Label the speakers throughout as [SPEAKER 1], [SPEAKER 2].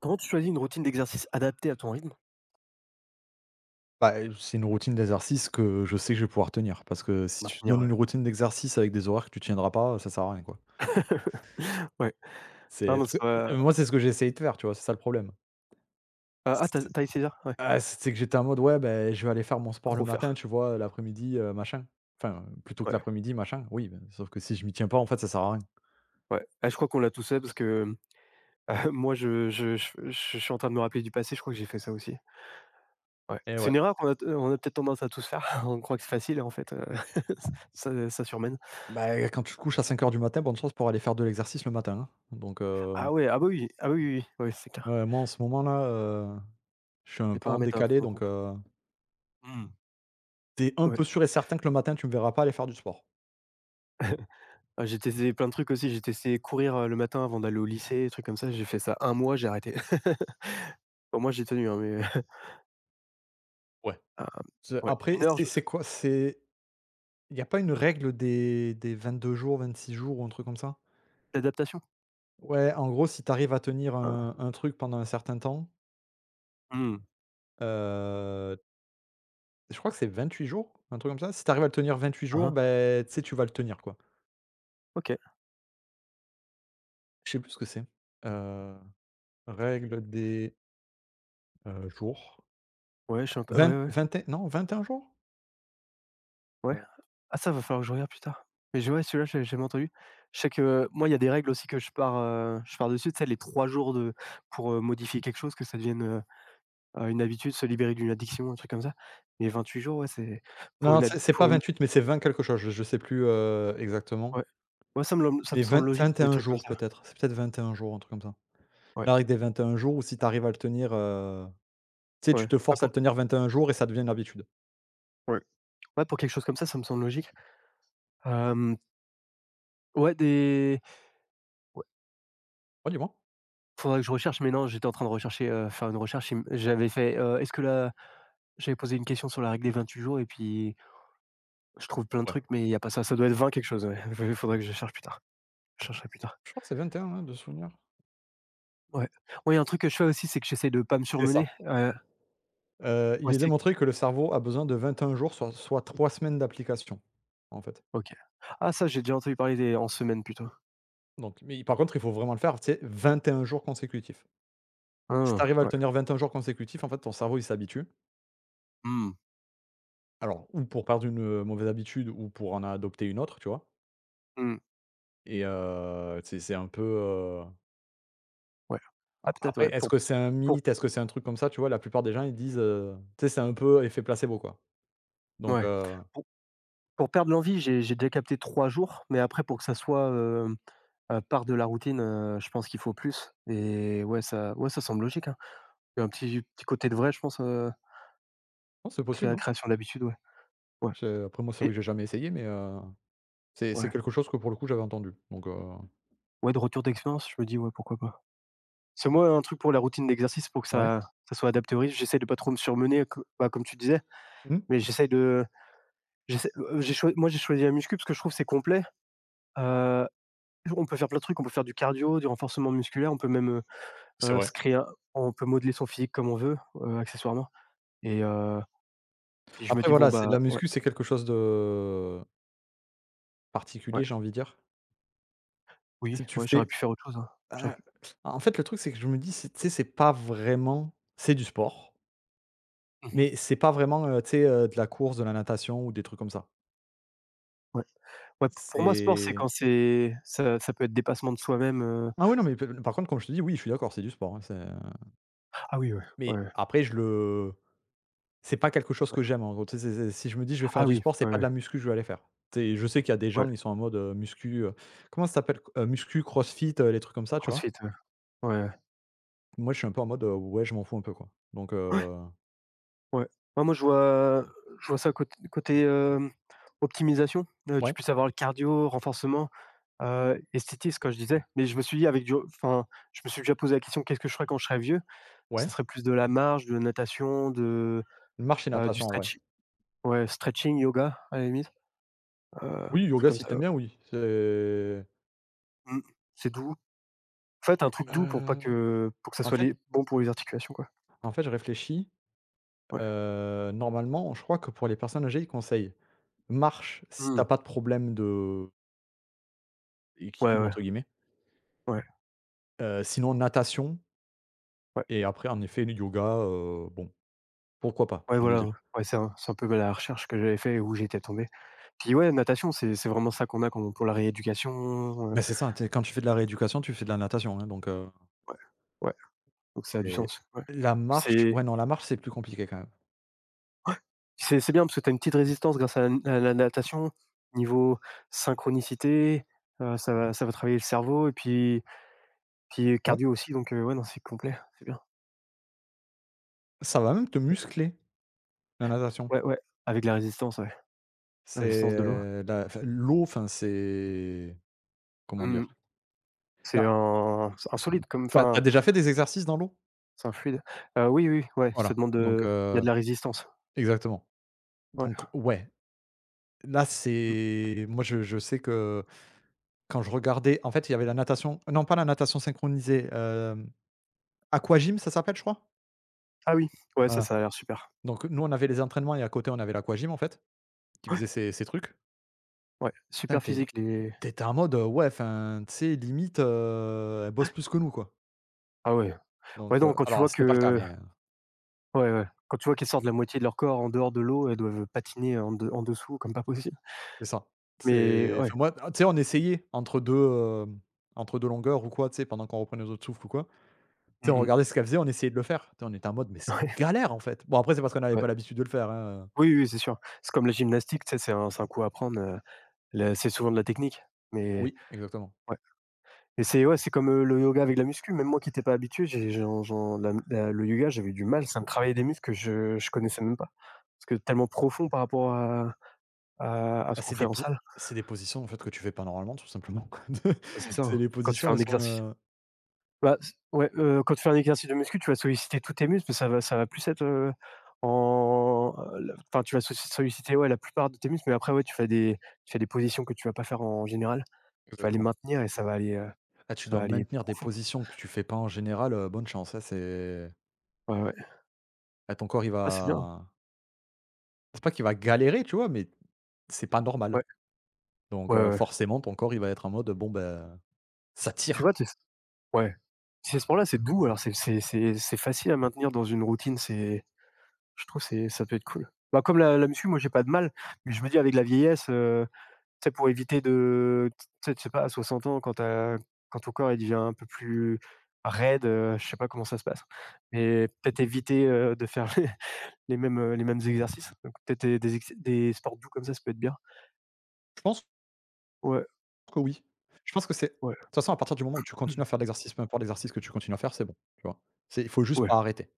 [SPEAKER 1] Comment tu choisis une routine d'exercice adaptée à ton rythme?
[SPEAKER 2] Bah, c'est une routine d'exercice que je sais que je vais pouvoir tenir parce que si tu te
[SPEAKER 1] Maintenir,
[SPEAKER 2] donnes
[SPEAKER 1] ouais.
[SPEAKER 2] une routine d'exercice avec des horaires que tu tiendras pas, ça sert à rien, quoi.
[SPEAKER 1] Ouais. Ah
[SPEAKER 2] C'est parce
[SPEAKER 1] mince,
[SPEAKER 2] que, heu, moi, c'est ce que j'ai essayé de faire, tu vois? C'est ça le problème.
[SPEAKER 1] ah, t'as
[SPEAKER 2] C'est
[SPEAKER 1] as essayé ça? Ouais.
[SPEAKER 2] c'est que j'étais en mode: «Ouais, ben je vais aller faire mon sport le matin,
[SPEAKER 1] Refaire.
[SPEAKER 2] tu vois? L'après-midi, machin». Enfin, plutôt que
[SPEAKER 1] Ouais,
[SPEAKER 2] l'après-midi, machin, oui, ben, sauf que si je m'y tiens pas, en fait, ça sert à rien
[SPEAKER 1] ouais. Ah, je crois qu'on l'a tous fait parce que, moi je suis en train de me rappeler du passé, je crois que j'ai fait ça aussi. Ouais.
[SPEAKER 2] et
[SPEAKER 1] C'est
[SPEAKER 2] ouais.
[SPEAKER 1] une erreur qu'on a peut-être tendance à tous faire. On croit que c'est facile et en fait, ça surmène.
[SPEAKER 2] Bah, quand tu te couches à 5 heures du matin, bonne chance pour aller faire de l'exercice le matin, hein. Donc
[SPEAKER 1] Ah ouais, ah bah oui, ah oui, oui, oui. Ouais, c'est clair.
[SPEAKER 2] ouais, moi, en ce moment-là, je suis un
[SPEAKER 1] Les
[SPEAKER 2] peu en
[SPEAKER 1] paramètres à
[SPEAKER 2] décalé
[SPEAKER 1] prendre en
[SPEAKER 2] donc
[SPEAKER 1] compte.
[SPEAKER 2] heu,
[SPEAKER 1] Mmh.
[SPEAKER 2] tu un
[SPEAKER 1] Ouais.
[SPEAKER 2] peu sûr et certain que le matin, tu me verras pas aller faire du sport.
[SPEAKER 1] Ah, j'ai testé plein de trucs aussi, j'ai testé courir, le matin avant d'aller au lycée, des trucs comme ça. J'ai fait ça un mois, j'ai arrêté. Bon, moi, j'ai tenu, hein, mais
[SPEAKER 2] Ouais.
[SPEAKER 1] heu,
[SPEAKER 2] C'est
[SPEAKER 1] ouais,
[SPEAKER 2] après,
[SPEAKER 1] une heure,
[SPEAKER 2] c'est
[SPEAKER 1] je me
[SPEAKER 2] c'est
[SPEAKER 1] souviens
[SPEAKER 2] quoi? C'est il y a pas une règle des 22 jours, 26 jours ou un truc comme ça?
[SPEAKER 1] de l'adaptation.
[SPEAKER 2] Ouais, en gros, si tu arrives à tenir
[SPEAKER 1] Hein.
[SPEAKER 2] un truc pendant un certain temps,
[SPEAKER 1] Mmh.
[SPEAKER 2] heu, je crois que c'est 28 jours, un truc comme ça. Si tu arrives à le tenir vingt-huit
[SPEAKER 1] Hein,
[SPEAKER 2] jours,
[SPEAKER 1] hein.
[SPEAKER 2] ben tu sais, tu vas le tenir, quoi.
[SPEAKER 1] OK.
[SPEAKER 2] Je sais plus ce que c'est. Heu, règle des jours.
[SPEAKER 1] Ouais, je suis int ouais, ouais,
[SPEAKER 2] 20-21 non, 21 jours?
[SPEAKER 1] ouais.
[SPEAKER 2] Heu
[SPEAKER 1] Ah ça, va falloir que je regarde plus tard. Mais je ouais, celui-là, j'ai l'avais jamais entendu. Je sais que moi, il y a des règles aussi que je pars dessus, tu sais, les 3 jours de modifier quelque chose, que ça devienne, une habitude, se libérer d'une addiction, un truc comme ça. Mais huit jours, ouais, c'est pour
[SPEAKER 2] Non,
[SPEAKER 1] une ad
[SPEAKER 2] c'est
[SPEAKER 1] pour
[SPEAKER 2] pas
[SPEAKER 1] une
[SPEAKER 2] huit mais c'est vingt quelque chose, je sais plus, exactement.
[SPEAKER 1] ouais. Ouais, ça me lem ça me
[SPEAKER 2] Mais
[SPEAKER 1] semble logique
[SPEAKER 2] vingt et
[SPEAKER 1] pour des
[SPEAKER 2] un
[SPEAKER 1] trucs comme
[SPEAKER 2] jours
[SPEAKER 1] ça.
[SPEAKER 2] peut-être, c'est peut-être 21 jours, un truc comme ça.
[SPEAKER 1] Ouais,
[SPEAKER 2] La règle des 21 jours où si tu arrives à le tenir, tu sais, tu
[SPEAKER 1] ouais.
[SPEAKER 2] te
[SPEAKER 1] Ah
[SPEAKER 2] forces à le
[SPEAKER 1] pour
[SPEAKER 2] tenir 21 jours et ça devient une habitude.
[SPEAKER 1] ouais. Ouais, pour quelque chose comme ça me semble logique. Hem, ouais, des ouais.
[SPEAKER 2] Ouais, dis-moi?
[SPEAKER 1] Faudrait que je recherche, mais non, j'étais en train de rechercher, faire une recherche. Il m j'avais fait, est-ce que la j'avais posé une question sur la règle des 28 jours et puis je trouve plein de
[SPEAKER 2] Ouais.
[SPEAKER 1] trucs, mais il y a pas ça. Ça doit être 20 quelque chose, ouais. Il faudrait que je cherche plus tard. Je chercherai plus tard.
[SPEAKER 2] Je crois que c'est 21, hein, de souvenir.
[SPEAKER 1] Ouais. Ouais, il y a un truc que je fais aussi, c'est que j'essaie de pas me
[SPEAKER 2] C'est ça.
[SPEAKER 1] surmener,
[SPEAKER 2] Il
[SPEAKER 1] ouais,
[SPEAKER 2] est
[SPEAKER 1] c'est
[SPEAKER 2] démontré que le cerveau a besoin de 21 jours, soit 3 semaines d'application, en fait.
[SPEAKER 1] OK. Ah ça, j'ai déjà entendu parler des en semaine plutôt.
[SPEAKER 2] Donc mais par contre, il faut vraiment le faire, tu sais, 21 jours consécutifs. Si tu
[SPEAKER 1] Hein,
[SPEAKER 2] arrives à le
[SPEAKER 1] ouais.
[SPEAKER 2] tenir 21 jours consécutifs, en fait, ton cerveau, il s'habitue.
[SPEAKER 1] Mmh.
[SPEAKER 2] Alors, ou pour perdre une mauvaise habitude ou pour en adopter une autre, tu vois?
[SPEAKER 1] Mmh.
[SPEAKER 2] Et c'est un peu,
[SPEAKER 1] Ouais.
[SPEAKER 2] a
[SPEAKER 1] Ah peut-être,
[SPEAKER 2] après,
[SPEAKER 1] ouais,
[SPEAKER 2] est-ce
[SPEAKER 1] pour
[SPEAKER 2] que c'est un
[SPEAKER 1] pour
[SPEAKER 2] mythe? Est-ce que c'est un truc comme ça? Tu vois, la plupart des gens, ils disent, tu sais, c'est un peu effet placebo, quoi. Donc
[SPEAKER 1] ouais,
[SPEAKER 2] heu,
[SPEAKER 1] pour pour perdre l'envie, j'ai déjà capté 3 jours, mais après pour que ça soit, part de la routine, je pense qu'il faut plus et ouais, ça semble logique, hein. Il y a un petit petit côté de vrai, je pense,
[SPEAKER 2] non, c'est possible,
[SPEAKER 1] créa
[SPEAKER 2] hein.
[SPEAKER 1] création d'habitude, ouais. Ouais
[SPEAKER 2] C'est après moi, c'est vrai
[SPEAKER 1] et
[SPEAKER 2] que j'ai jamais essayé, mais c'est
[SPEAKER 1] ouais.
[SPEAKER 2] quelque chose que, pour le coup, j'avais entendu. Donc
[SPEAKER 1] Ouais, de retour d'expérience, je me dis: «Ouais, pourquoi pas?» C'est moi, un truc pour la routine d'exercice pour que
[SPEAKER 2] ouais.
[SPEAKER 1] ça soit adapté au risque. J'essaie de pas trop me surmener co bah, comme tu disais,
[SPEAKER 2] Mmh.
[SPEAKER 1] mais j'essaie, j'ai choi moi, j'ai choisi la muscu parce que je trouve que c'est complet. Heu, on peut faire plein de trucs, on peut faire du cardio, du renforcement musculaire, on peut même,
[SPEAKER 2] C'est vrai.
[SPEAKER 1] se créer un on peut modeler son physique comme on veut, accessoirement et puis je me
[SPEAKER 2] Après
[SPEAKER 1] dis: «Bon,
[SPEAKER 2] voilà, c'est de la
[SPEAKER 1] bah» ouais.
[SPEAKER 2] muscu, c'est quelque chose de
[SPEAKER 1] Ouais,
[SPEAKER 2] particulier, j'ai envie de dire.
[SPEAKER 1] oui,
[SPEAKER 2] Si tu
[SPEAKER 1] ouais, j'aurais
[SPEAKER 2] fais
[SPEAKER 1] pu faire autre chose, hein. J'aurais
[SPEAKER 2] ah,
[SPEAKER 1] pu
[SPEAKER 2] en fait, le truc, c'est que je me dis, c'est tu sais, c'est pas vraiment c'est du sport,
[SPEAKER 1] Mmh
[SPEAKER 2] mais c'est pas vraiment, tu sais, de la course, de la natation ou des trucs comme ça.
[SPEAKER 1] ouais. Ouais, p pour moi, sport, c'est
[SPEAKER 2] C'est
[SPEAKER 1] quand c'est ça peut être dépassement de soi-même,
[SPEAKER 2] ah oui, non, mais p par contre, comme je te dis, oui, je suis d'accord, c'est du sport, hein, c'est
[SPEAKER 1] ah oui, ouais, ouais,
[SPEAKER 2] mais
[SPEAKER 1] ouais,
[SPEAKER 2] après, je le c'est pas quelque chose que
[SPEAKER 1] ouais.
[SPEAKER 2] j'aime, en gros. Tu sais, c'est si je me dis: «Je vais faire
[SPEAKER 1] Ah
[SPEAKER 2] du
[SPEAKER 1] oui,
[SPEAKER 2] sport», c'est
[SPEAKER 1] ouais,
[SPEAKER 2] pas de
[SPEAKER 1] ouais,
[SPEAKER 2] la muscu que je vais aller faire. Tu sais, je sais qu'il y a des
[SPEAKER 1] ouais.
[SPEAKER 2] gens, ils sont en mode, comment ça s'appelle? Muscu, crossfit, les trucs comme ça, tu vois?
[SPEAKER 1] CrossFit, ouais. Ouais, ouais.
[SPEAKER 2] Moi, je suis un peu en mode, ouais, je m'en fous un peu, quoi. Donc
[SPEAKER 1] Ouais, moi, je vois ça côté, optimisation, tu
[SPEAKER 2] ouais,
[SPEAKER 1] puisses avoir le cardio, renforcement, esthétisme, comme je disais, mais je me suis dit avec du enfin, je me suis déjà posé la question: «Qu'est-ce que je ferais quand je serais vieux?»
[SPEAKER 2] ouais.
[SPEAKER 1] ça serait plus de la marche, de la natation,
[SPEAKER 2] Marche et
[SPEAKER 1] du
[SPEAKER 2] natation en vrai.
[SPEAKER 1] stretching, ouais, yoga, à la limite, heu,
[SPEAKER 2] Oui,
[SPEAKER 1] truc
[SPEAKER 2] yoga
[SPEAKER 1] comme
[SPEAKER 2] si
[SPEAKER 1] ça, ouais.
[SPEAKER 2] t'aimes bien, oui. C'est
[SPEAKER 1] Mmh. C'est doux. En fait, un truc doux pour pas que pour que ça
[SPEAKER 2] en
[SPEAKER 1] soit
[SPEAKER 2] fait
[SPEAKER 1] les bon pour les articulations, quoi.
[SPEAKER 2] en fait, je réfléchis,
[SPEAKER 1] Ouais.
[SPEAKER 2] normalement, je crois que pour les personnes âgées, ils conseillent marche si tu as
[SPEAKER 1] Mmh.
[SPEAKER 2] pas de problème de
[SPEAKER 1] Ouais,
[SPEAKER 2] «équilibre»
[SPEAKER 1] ouais,
[SPEAKER 2] entre guillemets,
[SPEAKER 1] ouais,
[SPEAKER 2] sinon natation
[SPEAKER 1] ouais,
[SPEAKER 2] et après en effet le yoga, bon, pourquoi pas,
[SPEAKER 1] ouais,
[SPEAKER 2] j'ai envie de
[SPEAKER 1] voilà, ouais.
[SPEAKER 2] dire.
[SPEAKER 1] Ouais, c'est un peu la recherche que j'avais fait et où j'étais tombé. Puis ouais, natation, c'est vraiment ça qu'on a quand pour la rééducation,
[SPEAKER 2] Bah, c'est ça, tu sais, quand tu fais de la rééducation, tu fais de la natation, hein,
[SPEAKER 1] ouais, ouais, donc ça a du
[SPEAKER 2] c'est
[SPEAKER 1] sens, ouais.
[SPEAKER 2] la marche
[SPEAKER 1] C'est
[SPEAKER 2] ouais, non, la marche, c'est plus compliqué quand même.
[SPEAKER 1] ouais, c'est bien parce que tu as une petite résistance grâce à la natation, niveau synchronicité, ça va travailler le cerveau et puis
[SPEAKER 2] Ouais,
[SPEAKER 1] cardio aussi donc ouais, non, c'est complet, c'est bien.
[SPEAKER 2] ça va même te muscler, la natation.
[SPEAKER 1] Ouais, ouais, avec la résistance, ouais. La résistance de l'eau.
[SPEAKER 2] C'est la enfin, l'eau, enfin, c'est comment
[SPEAKER 1] Mmh.
[SPEAKER 2] dire?
[SPEAKER 1] C'est
[SPEAKER 2] Là,
[SPEAKER 1] un c'est un solide comme
[SPEAKER 2] tu as
[SPEAKER 1] enfin,
[SPEAKER 2] déjà fait des exercices dans l'eau?
[SPEAKER 1] c'est un fluide. Oui, oui, ouais,
[SPEAKER 2] Voilà, donc
[SPEAKER 1] il y a
[SPEAKER 2] heu
[SPEAKER 1] de la résistance.
[SPEAKER 2] exactement.
[SPEAKER 1] Ouais.
[SPEAKER 2] Donc ouais, là,
[SPEAKER 1] Mmh.
[SPEAKER 2] c'est moi, je sais que quand je regardais en fait, il y avait la natation non, pas la natation synchronisée, aquagym, ça s'appelle, je crois?
[SPEAKER 1] Ah oui, ouais,
[SPEAKER 2] Voilà,
[SPEAKER 1] ça a l'air super.
[SPEAKER 2] donc nous, on avait les entraînements et à côté, on avait l'aquagym, en fait, qui faisait ces trucs.
[SPEAKER 1] Ouais,
[SPEAKER 2] Putain,
[SPEAKER 1] super
[SPEAKER 2] t'es
[SPEAKER 1] physique les
[SPEAKER 2] es en mode, ouais, enfin, tu sais, limite, elle bosse plus que nous, quoi,
[SPEAKER 1] ah ouais.
[SPEAKER 2] donc
[SPEAKER 1] Ouais, non,
[SPEAKER 2] heu,
[SPEAKER 1] quand tu
[SPEAKER 2] alors
[SPEAKER 1] vois
[SPEAKER 2] c'était pas le cas,
[SPEAKER 1] que
[SPEAKER 2] mais
[SPEAKER 1] ouais, ouais, quand tu vois qu'elles sortent la moitié de leur corps en dehors de l'eau, elles doivent patiner en dessous comme pas possible.
[SPEAKER 2] c'est ça.
[SPEAKER 1] Mais
[SPEAKER 2] C'est
[SPEAKER 1] ouais.
[SPEAKER 2] enfin moi, tu sais, on essayait entre 2, hem, entre 2 longueurs ou quoi, tu sais, pendant qu'on reprenait nos autres souffles ou quoi. Tu sais, on
[SPEAKER 1] Mmh mh.
[SPEAKER 2] regardait ce qu'elle faisait, on essayait de le faire. Tu sais, on était en mode: «Mais c'est galère, en fait». Bon, après, c'est parce qu'on n'avait
[SPEAKER 1] Ouais.
[SPEAKER 2] pas l'habitude de le faire, hein,
[SPEAKER 1] Oui, oui, c'est sûr. C'est comme la gymnastique, tu sais, c'est un coup à prendre, la c'est souvent de la technique, mais
[SPEAKER 2] oui, exactement.
[SPEAKER 1] et c'est ouais, c'est comme, le yoga avec la muscu. Même moi qui n'étais pas habitué, j'ai j'en j'en la la le yoga, j'avais du mal, ça me travaillait des muscles que je connaissais même pas. Parce que tellement profond par rapport à ce
[SPEAKER 2] Bah,
[SPEAKER 1] qu'on
[SPEAKER 2] c'est
[SPEAKER 1] fait
[SPEAKER 2] des
[SPEAKER 1] en
[SPEAKER 2] po
[SPEAKER 1] salle.
[SPEAKER 2] c'est des positions, en fait, que tu fais pas normalement, tout simplement, quoi.
[SPEAKER 1] Bah, c'est ça,
[SPEAKER 2] C'est
[SPEAKER 1] hein,
[SPEAKER 2] les
[SPEAKER 1] quand tu fais
[SPEAKER 2] positions,
[SPEAKER 1] un
[SPEAKER 2] elles sont,
[SPEAKER 1] exercice. Bah, c ouais, quand tu fais un exercice de muscu, tu vas solliciter tous tes muscles, mais ça va plus être, en le enfin, tu vas solliciter, ouais, la plupart de tes muscles, mais après, ouais, tu fais des positions que tu vas pas faire en général. Tu vas les
[SPEAKER 2] exactement.
[SPEAKER 1] maintenir et ça va aller, heu,
[SPEAKER 2] Ah, tu
[SPEAKER 1] ça
[SPEAKER 2] dois
[SPEAKER 1] va aller
[SPEAKER 2] maintenir des
[SPEAKER 1] profond.
[SPEAKER 2] positions que tu fais pas en général, bonne chance, hein,
[SPEAKER 1] Ouais, ouais.
[SPEAKER 2] ton corps, il
[SPEAKER 1] Ah, c'est bien,
[SPEAKER 2] va c'est pas qu'il va galérer, tu vois? Mais c'est pas normal.
[SPEAKER 1] ouais.
[SPEAKER 2] Donc
[SPEAKER 1] Ouais, ouais,
[SPEAKER 2] heu,
[SPEAKER 1] ouais.
[SPEAKER 2] forcément, ton corps, il va être en mode, bon, ben ça
[SPEAKER 1] Tu
[SPEAKER 2] tire?
[SPEAKER 1] vois, tu ouais, ces sports-là, c'est doux, alors c'est facile à maintenir dans une routine, c'est je trouve c'est ça peut être cool. Bah, comme la muscu, moi j'ai pas de mal, mais je me dis avec la vieillesse, tu sais pour éviter de tu sais je sais pas à 60 ans quand tu as quand ton corps il devient un peu plus raide, je sais pas comment ça se passe, mais peut-être éviter, de faire les mêmes, les mêmes exercices, donc peut-être des sports doux comme ça peut être bien.
[SPEAKER 2] Je pense
[SPEAKER 1] Ouais,
[SPEAKER 2] que oui. Je pense que c'est de
[SPEAKER 1] ouais,
[SPEAKER 2] toute façon, à partir du moment où tu
[SPEAKER 1] mmh,
[SPEAKER 2] continues à faire de l'exercice, peu importe l'exercice que tu continues à faire, c'est bon, tu vois? C'est il faut juste
[SPEAKER 1] ouais,
[SPEAKER 2] pas arrêter.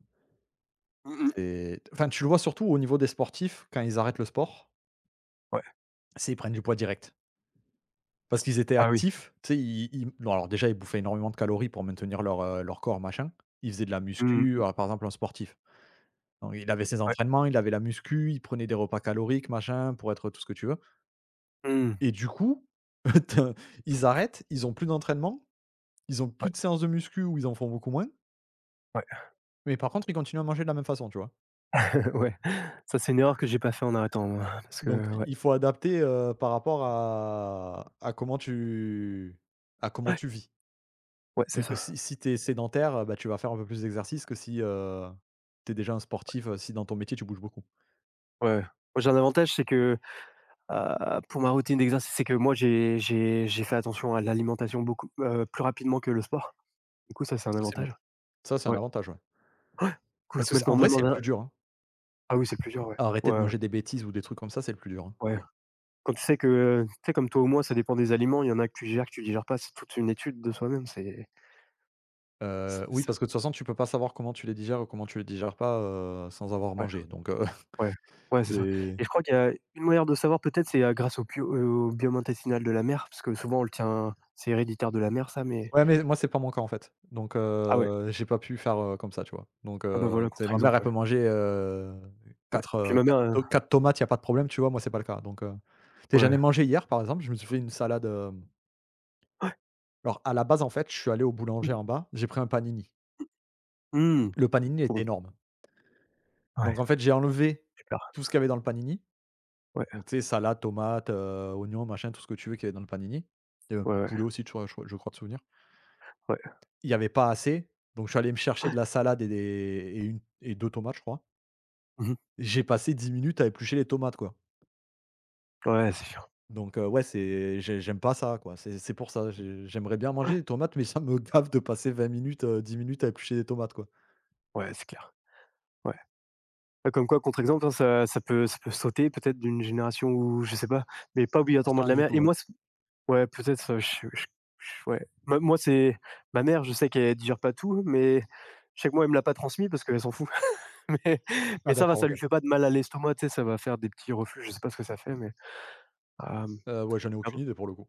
[SPEAKER 1] mmh mh,
[SPEAKER 2] C'est enfin, tu le vois surtout au niveau des sportifs, quand ils arrêtent le sport,
[SPEAKER 1] ouais.
[SPEAKER 2] c'est ils prennent du poids direct. Parce qu'ils étaient
[SPEAKER 1] Ah oui,
[SPEAKER 2] actifs, tu sais, ils bon, alors déjà, ils bouffaient énormément de calories pour maintenir leur corps, machin. Ils faisaient de la
[SPEAKER 1] mmh
[SPEAKER 2] muscu,
[SPEAKER 1] mh,
[SPEAKER 2] alors par exemple, un sportif, donc il avait ses
[SPEAKER 1] ouais,
[SPEAKER 2] entraînements, il avait la muscu, il prenait des repas caloriques, machin, pour être tout ce que tu veux
[SPEAKER 1] mmh mh,
[SPEAKER 2] et du coup, ils arrêtent, ils ont plus d'entraînement. Ils ont plus
[SPEAKER 1] ouais,
[SPEAKER 2] de séances de muscu ou ils en font beaucoup moins,
[SPEAKER 1] ouais.
[SPEAKER 2] mais par contre, ils continuent à manger de la même façon, tu vois?
[SPEAKER 1] Ouais, ça c'est une erreur que j'ai pas fait en arrêtant moi, parce
[SPEAKER 2] Donc
[SPEAKER 1] que
[SPEAKER 2] i
[SPEAKER 1] ouais,
[SPEAKER 2] il faut adapter, par rapport à comment tu à comment
[SPEAKER 1] ouais,
[SPEAKER 2] tu vis.
[SPEAKER 1] ouais, c'est
[SPEAKER 2] C'est-à-dire que si
[SPEAKER 1] ça.
[SPEAKER 2] si tu es sédentaire, bah, tu vas faire un peu plus d'exercice que si, tu es déjà un sportif, si dans ton métier, tu bouges beaucoup.
[SPEAKER 1] Ouais, ouais. Moi j'ai un avantage, c'est que, pour ma routine d'exercice, c'est que moi j'ai fait attention à l'alimentation beaucoup, plus rapidement que le sport. Du coup ça c'est un
[SPEAKER 2] Ça, c'est bien.
[SPEAKER 1] avantage.
[SPEAKER 2] Ça, c'est un
[SPEAKER 1] Ouais.
[SPEAKER 2] avantage, ouais.
[SPEAKER 1] Du
[SPEAKER 2] Parce que
[SPEAKER 1] coup même
[SPEAKER 2] c'est en
[SPEAKER 1] quand
[SPEAKER 2] vrai,
[SPEAKER 1] même
[SPEAKER 2] c'est
[SPEAKER 1] en
[SPEAKER 2] le plus dur, hein.
[SPEAKER 1] ah oui, c'est plus dur, ouais.
[SPEAKER 2] Arrêter de
[SPEAKER 1] Ouais,
[SPEAKER 2] manger des bêtises ou des trucs comme ça, c'est le plus dur, hein.
[SPEAKER 1] ouais. Quand tu sais que tu sais comme toi ou moi ça dépend des aliments, il y en a que tu gères, que tu digères pas, c'est toute une étude de soi-même, c'est c'est
[SPEAKER 2] Oui,
[SPEAKER 1] c'est
[SPEAKER 2] parce que de toute façon, tu peux pas savoir comment tu les digères ou comment tu les digères pas, sans avoir
[SPEAKER 1] ouais.
[SPEAKER 2] mangé,
[SPEAKER 1] Ouais, ouais, c'est ça
[SPEAKER 2] c'est
[SPEAKER 1] et je crois qu'il y a une manière de savoir peut-être, c'est, grâce au biome intestinal de la mère, parce que souvent on le tient c'est héréditaire de la mère ça, mais
[SPEAKER 2] ouais, mais moi, c'est pas mon cas, en fait. Donc
[SPEAKER 1] ah ouais,
[SPEAKER 2] heu, j'ai pas pu faire, comme ça, tu vois? Donc
[SPEAKER 1] ah bah
[SPEAKER 2] heu,
[SPEAKER 1] voilà,
[SPEAKER 2] tu sais, ma mère, elle
[SPEAKER 1] contre-exemple, ouais,
[SPEAKER 2] peut manger,
[SPEAKER 1] ouais.
[SPEAKER 2] 4
[SPEAKER 1] Puis ma
[SPEAKER 2] 4
[SPEAKER 1] mère,
[SPEAKER 2] to 4 tomates, il y a pas de problème, tu vois? Moi, c'est pas le cas. Donc tu sais, j'en
[SPEAKER 1] ouais,
[SPEAKER 2] ai mangé hier, par exemple, je me suis fait une salade, alors à la base, en fait, je suis allé au boulanger en bas, j'ai pris un panini.
[SPEAKER 1] mmh, mmh,
[SPEAKER 2] Le panini
[SPEAKER 1] trop
[SPEAKER 2] était
[SPEAKER 1] bon.
[SPEAKER 2] énorme. Donc
[SPEAKER 1] Ouais,
[SPEAKER 2] en fait, j'ai enlevé
[SPEAKER 1] super,
[SPEAKER 2] tout ce qu'il y avait dans le panini.
[SPEAKER 1] ouais,
[SPEAKER 2] Donc tu sais, salade, tomate, oignon, machin, tout ce que tu veux qu'il y avait dans le panini. Il y avait un
[SPEAKER 1] ouais,
[SPEAKER 2] peu de
[SPEAKER 1] ouais,
[SPEAKER 2] poulet aussi, tu vois? Je crois de souvenir.
[SPEAKER 1] ouais.
[SPEAKER 2] Il y avait pas assez, donc je suis allé me chercher de la salade et des et une et 2 tomates, je crois.
[SPEAKER 1] Mmh.
[SPEAKER 2] J'ai passé 10 minutes à éplucher les tomates, quoi.
[SPEAKER 1] Ouais, c'est sûr,
[SPEAKER 2] Donc ouais, c'est j'ai j'aime pas ça, quoi. C'est pour ça, j'ai j'aimerais bien manger des tomates, mais ça me gave de passer 10 minutes à éplucher des tomates, quoi.
[SPEAKER 1] ouais, c'est clair, ouais. Bah, comme quoi contre-exemple, hein, ça peut sauter peut-être d'une génération où je sais pas, mais pas
[SPEAKER 2] J'en sais
[SPEAKER 1] obligatoirement de
[SPEAKER 2] rien
[SPEAKER 1] la
[SPEAKER 2] du
[SPEAKER 1] mère
[SPEAKER 2] tout,
[SPEAKER 1] et
[SPEAKER 2] ouais.
[SPEAKER 1] moi, ouais, peut-être, je ouais. Bah, moi, c'est ma mère, je sais qu'elle digère pas tout, mais je sais que moi, elle me l'a pas transmis parce qu'elle s'en fout. Mais
[SPEAKER 2] Ah
[SPEAKER 1] mais ça va,
[SPEAKER 2] d'accord,
[SPEAKER 1] ça
[SPEAKER 2] OK.
[SPEAKER 1] lui fait pas de mal à l'estomac, tu sais, ça va faire des petits reflux, je sais pas ce que ça fait, mais, hem,
[SPEAKER 2] Ouais, j'en ai
[SPEAKER 1] ah
[SPEAKER 2] aucune
[SPEAKER 1] bon?
[SPEAKER 2] idée pour le coup.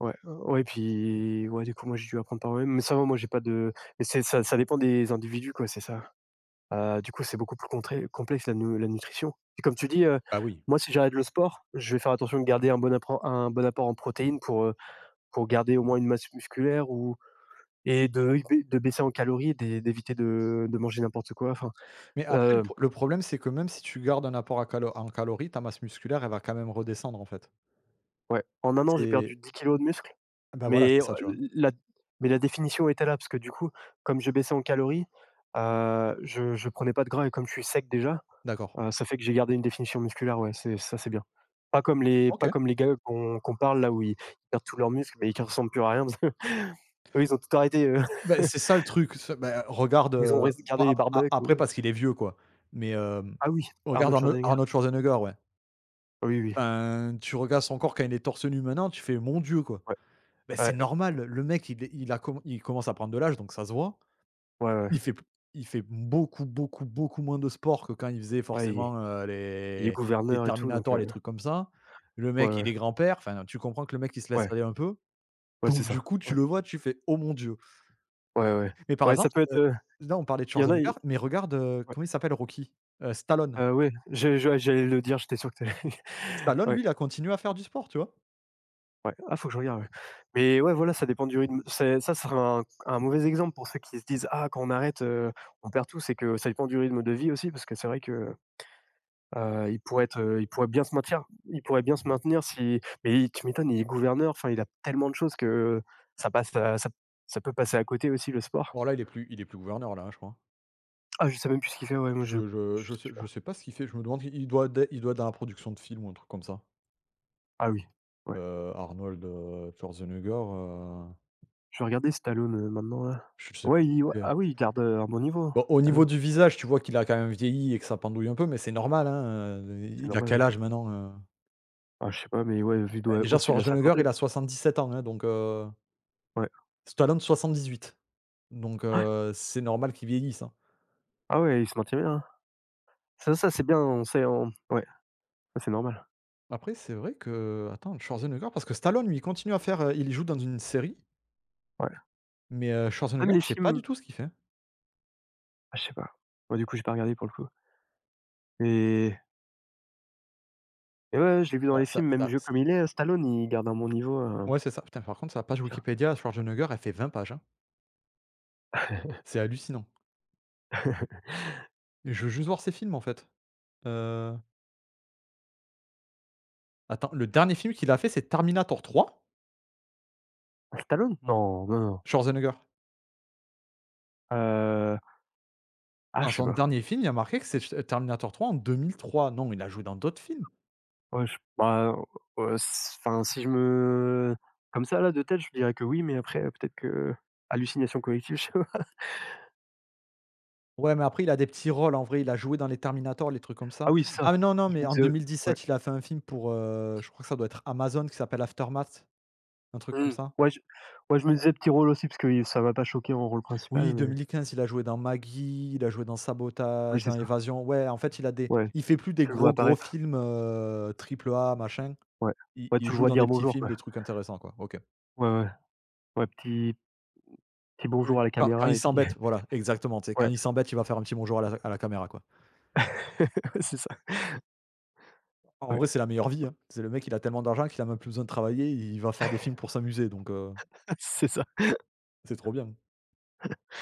[SPEAKER 1] Ouais, ouais, puis, ouais, du coup, moi, j'ai dû apprendre par moi-même, mais ça va, moi, j'ai pas de mais c'est ça dépend des individus, quoi, c'est ça. Du coup, c'est beaucoup plus contré complexe la nu la nutrition et comme tu dis,
[SPEAKER 2] Bah oui.
[SPEAKER 1] moi, si j'arrête le sport, je vais faire attention de garder un bon apport en protéines pour garder au moins une masse musculaire ou. Et de oui, oui, de baisser en calories et d'éviter de manger n'importe quoi, enfin,
[SPEAKER 2] Mais après
[SPEAKER 1] heu,
[SPEAKER 2] le problème, c'est que même si tu gardes un apport à calo en calories, ta masse musculaire, elle va quand même redescendre, en fait.
[SPEAKER 1] ouais. En un an, j'ai
[SPEAKER 2] C'est
[SPEAKER 1] perdu 10 kilos de muscle,
[SPEAKER 2] bah voilà,
[SPEAKER 1] mais
[SPEAKER 2] c'est ça, tu vois?
[SPEAKER 1] la mais la définition était là parce que du coup, comme je baissais en calories, je prenais pas de gras et comme je suis sec déjà,
[SPEAKER 2] D'accord.
[SPEAKER 1] ça fait que j'ai gardé une définition musculaire, ouais, c'est ça, c'est bien. Pas
[SPEAKER 2] OK.
[SPEAKER 1] comme les gars qu'on qu'on parle là où ils perdent tous leurs muscles, mais ils ne ressemblent plus à rien parce que eux, ils ont tout arrêté,
[SPEAKER 2] Beh, c'est ça le truc, ce bah, regarde,
[SPEAKER 1] ou ils ont res
[SPEAKER 2] bon
[SPEAKER 1] gardé les
[SPEAKER 2] ap a
[SPEAKER 1] barbecues
[SPEAKER 2] après
[SPEAKER 1] ou
[SPEAKER 2] parce qu'il est vieux quoi, mais
[SPEAKER 1] ah oui,
[SPEAKER 2] regarde
[SPEAKER 1] Arnold Schwarzenegger.
[SPEAKER 2] Arnold Schwarzenegger, ouais.
[SPEAKER 1] Oui, oui,
[SPEAKER 2] Enfin, tu regardes son corps quand il est torse nu maintenant, tu fais: «Mon Dieu quoi!»
[SPEAKER 1] ouais,
[SPEAKER 2] Bah, c'est
[SPEAKER 1] ouais,
[SPEAKER 2] normal, le mec il commence à prendre de l'âge donc ça se voit.
[SPEAKER 1] ouais, ouais.
[SPEAKER 2] Il fait il fait beaucoup, beaucoup, beaucoup moins de sport que quand il faisait
[SPEAKER 1] Ouais, il est
[SPEAKER 2] forcément,
[SPEAKER 1] il est
[SPEAKER 2] les
[SPEAKER 1] gouverneur et tout, donc
[SPEAKER 2] Terminator, les trucs comme ça. Le
[SPEAKER 1] ouais,
[SPEAKER 2] mec, il
[SPEAKER 1] ouais,
[SPEAKER 2] est grand-père, enfin, tu comprends que le mec il se laisse
[SPEAKER 1] ouais,
[SPEAKER 2] aller un peu,
[SPEAKER 1] ouais, c'est
[SPEAKER 2] donc du
[SPEAKER 1] ça.
[SPEAKER 2] coup, tu
[SPEAKER 1] Ouais,
[SPEAKER 2] le vois, tu fais: «Oh mon Dieu!»
[SPEAKER 1] ouais, ouais.
[SPEAKER 2] Mais par
[SPEAKER 1] Ouais, ça
[SPEAKER 2] exemple,
[SPEAKER 1] peut être,
[SPEAKER 2] là, on parlait de
[SPEAKER 1] il y en a,
[SPEAKER 2] Schwarzenegger,
[SPEAKER 1] ils
[SPEAKER 2] mais regarde,
[SPEAKER 1] ouais,
[SPEAKER 2] comment il s'appelle Rocky? Stallone.
[SPEAKER 1] ouais, je ouais, j'allais le dire, j'étais sûr que tu allais
[SPEAKER 2] Stallone,
[SPEAKER 1] ouais,
[SPEAKER 2] lui, il a continué à faire du sport, tu vois?
[SPEAKER 1] ouais. Ah, faut que je regarde, ouais. Mais ouais, voilà, ça dépend du rythme. C'est ça serait un mauvais exemple pour ceux qui se disent: «Ah, quand on arrête, on perd tout», c'est que ça dépend du rythme de vie aussi parce que c'est vrai que, heu, il pourrait être, heu, il pourrait bien se maintenir il pourrait bien se maintenir si mais tu m'étonnes, il est gouverneur, enfin, il a tellement de choses que ça passe à ça ça peut passer à côté aussi le sport.
[SPEAKER 2] Bon, là, il est plus gouverneur, là, hein, je crois.
[SPEAKER 1] Ah, je sais même plus ce qu'il fait, ouais, moi je je sais
[SPEAKER 2] Je
[SPEAKER 1] pas.
[SPEAKER 2] sais pas ce qu'il fait, je me demande, il doit être dans la production de films ou un truc comme ça.
[SPEAKER 1] Ah oui, ouais.
[SPEAKER 2] Schwarzenegger,
[SPEAKER 1] Je vais regarder Stallone, maintenant là.
[SPEAKER 2] je sais pas
[SPEAKER 1] Ouais,
[SPEAKER 2] ce
[SPEAKER 1] il ouais,
[SPEAKER 2] qu'il fait.
[SPEAKER 1] ah oui, il garde, un bon niveau, hein,
[SPEAKER 2] Bon, au niveau
[SPEAKER 1] Stallone.
[SPEAKER 2] du visage, tu vois qu'il a quand même vieilli et que ça pendouille un peu, mais c'est normal, hein,
[SPEAKER 1] C'est
[SPEAKER 2] il a
[SPEAKER 1] normal,
[SPEAKER 2] quel
[SPEAKER 1] ouais.
[SPEAKER 2] âge maintenant,
[SPEAKER 1] Ah, je sais pas, mais ouais, vu
[SPEAKER 2] Bah,
[SPEAKER 1] de
[SPEAKER 2] déjà
[SPEAKER 1] au-dessus de la
[SPEAKER 2] Schwarzenegger, il
[SPEAKER 1] cinquantaine.
[SPEAKER 2] a 77 ans, hein,
[SPEAKER 1] Ouais.
[SPEAKER 2] Stallone huit. Donc c'est normal qu'ils vieillissent, hein.
[SPEAKER 1] Ah ouais, il se maintient bien, hein. Ça, c'est bien, on sait on ouais, ça c'est normal.
[SPEAKER 2] Après c'est vrai que attends, Schwarzenegger parce que Stallone lui, il continue à faire, il joue dans une série,
[SPEAKER 1] Ouais.
[SPEAKER 2] mais
[SPEAKER 1] Même
[SPEAKER 2] Schwarzenegger,
[SPEAKER 1] les
[SPEAKER 2] je sais pas du
[SPEAKER 1] films
[SPEAKER 2] tout ce qu'il fait.
[SPEAKER 1] ah, je sais pas. Moi, du coup, j'ai pas regardé pour le coup. Mais mais ouais, ouais, je l'ai vu dans
[SPEAKER 2] Ouais,
[SPEAKER 1] les
[SPEAKER 2] ça
[SPEAKER 1] films, même
[SPEAKER 2] ça
[SPEAKER 1] vieux
[SPEAKER 2] c
[SPEAKER 1] comme il est, Stallone, il garde un bon niveau,
[SPEAKER 2] ouais, c'est ça. Putain, par contre, sa page
[SPEAKER 1] tiens.
[SPEAKER 2] Wikipédia, Schwarzenegger, elle fait 20 pages, hein. C'est hallucinant. Et je veux juste voir ses films, en fait. Heu, attends, le dernier film qu'il a fait, c'est Terminator 3,
[SPEAKER 1] Stallone? Non, non, non.
[SPEAKER 2] Schwarzenegger.
[SPEAKER 1] Heu, ah,
[SPEAKER 2] Dans
[SPEAKER 1] je sais
[SPEAKER 2] son
[SPEAKER 1] pas.
[SPEAKER 2] dernier film, il y a marqué que c'est Terminator 3 en 2003. Non, il a joué dans d'autres films.
[SPEAKER 1] Ouais, je bah, s enfin, si je me comme ça là de tête, je dirais que oui, mais après, peut-être que hallucination collective, je sais pas.
[SPEAKER 2] Ouais, mais après il a des petits rôles en vrai, il a joué dans les Terminator, les trucs comme ça.
[SPEAKER 1] Ah oui, ça,
[SPEAKER 2] Ah mais non, non,
[SPEAKER 1] je
[SPEAKER 2] mais
[SPEAKER 1] me
[SPEAKER 2] en
[SPEAKER 1] disais ouais.
[SPEAKER 2] 2017, il a fait un film pour, je crois que ça doit être Amazon qui s'appelle Aftermath, un truc comme
[SPEAKER 1] Mmh.
[SPEAKER 2] ça.
[SPEAKER 1] Ouais, je me disais petit rôle aussi parce que ça m'a pas choqué en rôle
[SPEAKER 2] Oui,
[SPEAKER 1] principal, mais
[SPEAKER 2] 2015, il a joué dans Maggie, il a joué dans
[SPEAKER 1] oui,
[SPEAKER 2] Sabotage,
[SPEAKER 1] c'est
[SPEAKER 2] dans
[SPEAKER 1] ça.
[SPEAKER 2] Évasion. Ouais, en fait,
[SPEAKER 1] Ouais,
[SPEAKER 2] il fait plus des
[SPEAKER 1] tu le vois
[SPEAKER 2] gros, gros
[SPEAKER 1] apparaître,
[SPEAKER 2] films, triple A, machin.
[SPEAKER 1] ouais. Ouais,
[SPEAKER 2] Il
[SPEAKER 1] tu le
[SPEAKER 2] joue
[SPEAKER 1] vois
[SPEAKER 2] dans des
[SPEAKER 1] dire
[SPEAKER 2] petits
[SPEAKER 1] «bonjour»
[SPEAKER 2] films,
[SPEAKER 1] quoi.
[SPEAKER 2] des trucs intéressants, quoi. OK.
[SPEAKER 1] Ouais, ouais. Ouais, petit petit
[SPEAKER 2] Oui.
[SPEAKER 1] bonjour à la
[SPEAKER 2] Quand
[SPEAKER 1] caméra
[SPEAKER 2] il
[SPEAKER 1] et puis
[SPEAKER 2] s'embête, voilà, exactement, tu sais, quand
[SPEAKER 1] ouais.
[SPEAKER 2] il s'embête, il va faire un petit bonjour à la caméra, quoi.
[SPEAKER 1] Ouais, c'est ça,
[SPEAKER 2] En
[SPEAKER 1] ouais.
[SPEAKER 2] vrai, c'est la meilleure vie, hein. C'est le mec, il a tellement d'argent qu'il a même plus besoin de travailler, il va faire des films pour s'amuser donc
[SPEAKER 1] C'est ça.
[SPEAKER 2] c'est trop bien.